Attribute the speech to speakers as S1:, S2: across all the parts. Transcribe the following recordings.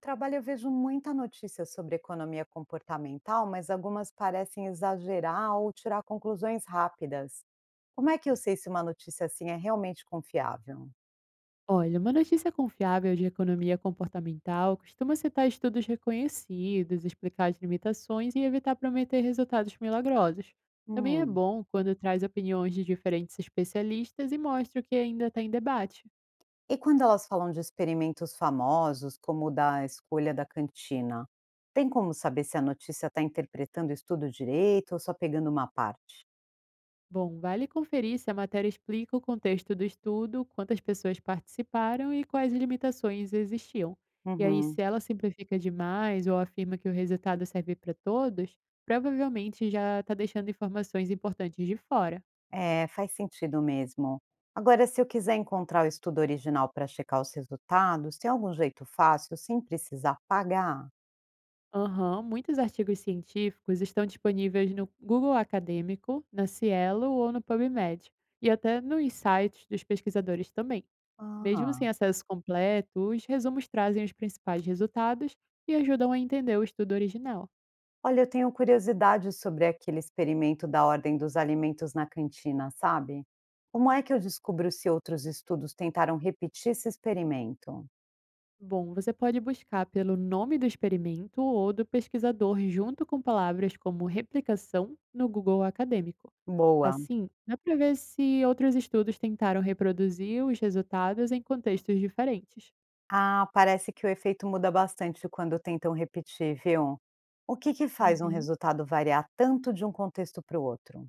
S1: Trabalho, eu vejo muita notícia sobre economia comportamental, mas algumas parecem exagerar ou tirar conclusões rápidas. Como é que eu sei se uma notícia assim é realmente confiável?
S2: Olha, uma notícia confiável de economia comportamental costuma citar estudos reconhecidos, explicar as limitações e evitar prometer resultados milagrosos. Também é
S1: Hum.
S2: bom quando traz opiniões de diferentes especialistas e mostra o que ainda está em debate.
S1: E quando elas falam de experimentos famosos, como o da escolha da cantina, tem como saber se a notícia está interpretando isso tudo direito ou só pegando uma parte?
S2: Bom, vale conferir se a matéria explica o contexto do estudo, quantas pessoas participaram e quais limitações existiam. E aí,
S1: Uhum.
S2: se ela simplifica demais ou afirma que o resultado serve para todos, provavelmente já está deixando informações importantes de fora.
S1: É, faz sentido mesmo. Agora, se eu quiser encontrar o estudo original para checar os resultados, tem algum jeito fácil sem precisar pagar?
S2: Aham, muitos artigos científicos estão disponíveis no Google Acadêmico, na Cielo ou no PubMed, e até nos sites dos pesquisadores também. Mesmo
S1: Ah,
S2: sem acesso completo, os resumos trazem os principais resultados e ajudam a entender o estudo original.
S1: olha, eu tenho curiosidade sobre aquele experimento da ordem dos alimentos na cantina, sabe? Como é que eu descubro se outros estudos tentaram repetir esse experimento?
S2: Bom, você pode buscar pelo nome do experimento ou do pesquisador junto com palavras como replicação no Google Acadêmico.
S1: Boa.
S2: Assim, dá para ver se outros estudos tentaram reproduzir os resultados em contextos diferentes.
S1: Ah, parece que o efeito muda bastante quando tentam repetir, viu? O que que faz um
S2: Uhum.
S1: resultado variar tanto de um contexto para o outro?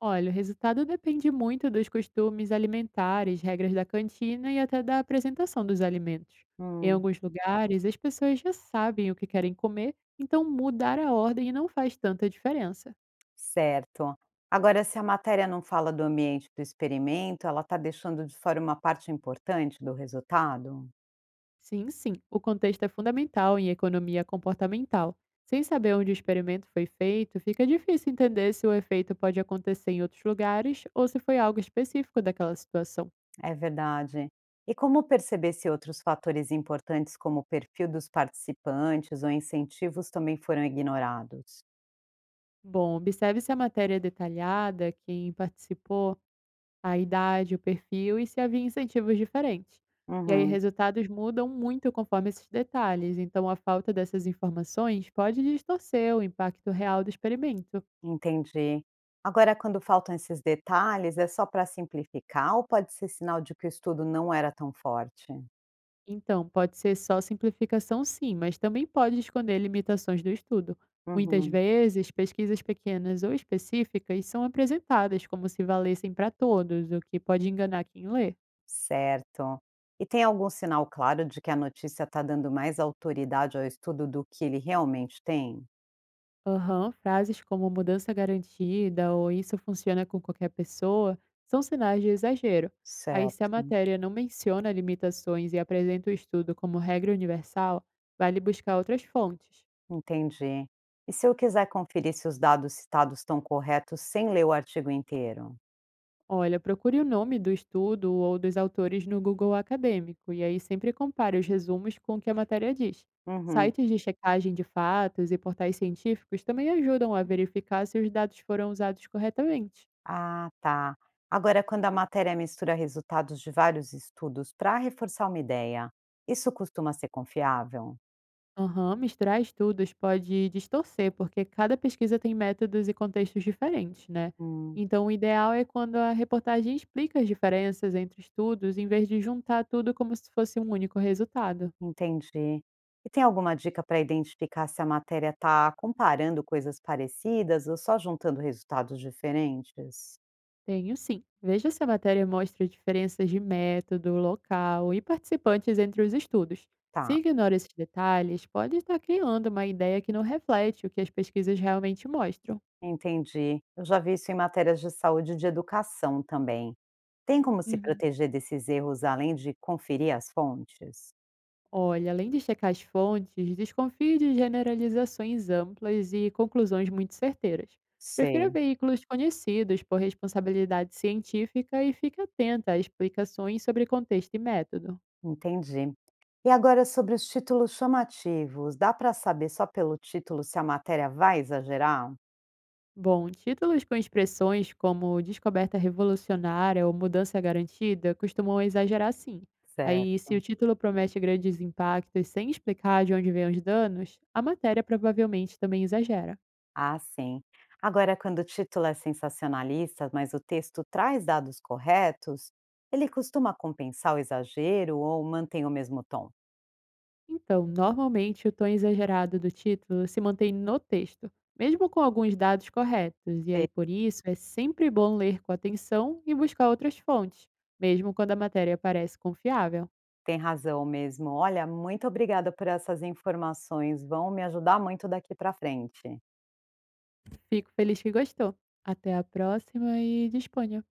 S2: Olha, o resultado depende muito dos costumes alimentares, regras da cantina e até da apresentação dos alimentos. Em
S1: Hum.
S2: alguns lugares, as pessoas já sabem o que querem comer, então mudar a ordem não faz tanta diferença.
S1: Certo. Agora, se a matéria não fala do ambiente do experimento, ela está deixando de fora uma parte importante do resultado?
S2: Sim, sim, o contexto é fundamental em economia comportamental. Sem saber onde o experimento foi feito, fica difícil entender se o efeito pode acontecer em outros lugares ou se foi algo específico daquela situação.
S1: É verdade. E como perceber se outros fatores importantes, como o perfil dos participantes ou incentivos, também foram ignorados?
S2: Bom, observe se a matéria é detalhada, quem participou, a idade, o perfil e se havia incentivos diferentes. E aí,
S1: Uhum,
S2: resultados mudam muito conforme esses detalhes, então a falta dessas informações pode distorcer o impacto real do experimento.
S1: entendi. Agora, quando faltam esses detalhes, é só para simplificar ou pode ser sinal de que o estudo não era tão forte?
S2: Então, pode ser só simplificação, sim, mas também pode esconder limitações do estudo. Muitas
S1: Uhum.
S2: vezes, pesquisas pequenas ou específicas são apresentadas como se valessem para todos, o que pode enganar quem lê.
S1: Certo. E tem algum sinal claro de que a notícia está dando mais autoridade ao estudo do que ele realmente tem?
S2: Aham, frases como mudança garantida ou isso funciona com qualquer pessoa são sinais de exagero. Aí, se a
S1: Certo,
S2: matéria não menciona limitações e apresenta o estudo como regra universal, vale buscar outras fontes.
S1: entendi. E se eu quiser conferir se os dados citados estão corretos sem ler o artigo inteiro?
S2: Olha, procure o nome do estudo ou dos autores no Google Acadêmico e aí sempre compare os resumos com o que a matéria diz.
S1: Uhum.
S2: Sites de checagem de fatos e portais científicos também ajudam a verificar se os dados foram usados corretamente.
S1: Ah, tá. Agora, quando a matéria mistura resultados de vários estudos para reforçar uma ideia, isso costuma ser confiável?
S2: Aham, misturar estudos pode distorcer, porque cada pesquisa tem métodos e contextos diferentes, né?
S1: Hum.
S2: Então, o ideal é quando a reportagem explica as diferenças entre estudos, em vez de juntar tudo como se fosse um único resultado.
S1: Entendi. E tem alguma dica para identificar se a matéria está comparando coisas parecidas ou só juntando resultados diferentes?
S2: Tenho sim. Veja se a matéria mostra diferenças de método, local e participantes entre os estudos. Se
S1: Tá,
S2: ignora esses detalhes, pode estar criando uma ideia que não reflete o que as pesquisas realmente mostram.
S1: entendi. Eu já vi isso em matérias de saúde e de educação também. Tem como se
S2: Uhum.
S1: proteger desses erros além de conferir as fontes?
S2: Olha, além de checar as fontes, desconfie de generalizações amplas e conclusões muito certeiras. Prefira
S1: Sei,
S2: veículos conhecidos por responsabilidade científica e fique atenta a explicações sobre contexto e método.
S1: entendi. E agora sobre os títulos chamativos, dá para saber só pelo título se a matéria vai exagerar?
S2: Bom, títulos com expressões como descoberta revolucionária ou mudança garantida costumam exagerar sim.
S1: Certo.
S2: Aí, se o título promete grandes impactos sem explicar de onde vêm os danos, a matéria provavelmente também exagera.
S1: Ah, sim. Agora, quando o título é sensacionalista, mas o texto traz dados corretos, ele costuma compensar o exagero ou mantém o mesmo tom?
S2: Então, normalmente o tom exagerado do título se mantém no texto, mesmo com alguns dados corretos, e aí por isso é sempre bom ler com atenção e buscar outras fontes, mesmo quando a matéria parece confiável.
S1: Tem razão mesmo. Olha, muito obrigada por essas informações, vão me ajudar muito daqui para frente.
S2: Fico feliz que gostou. Até a próxima e disponha!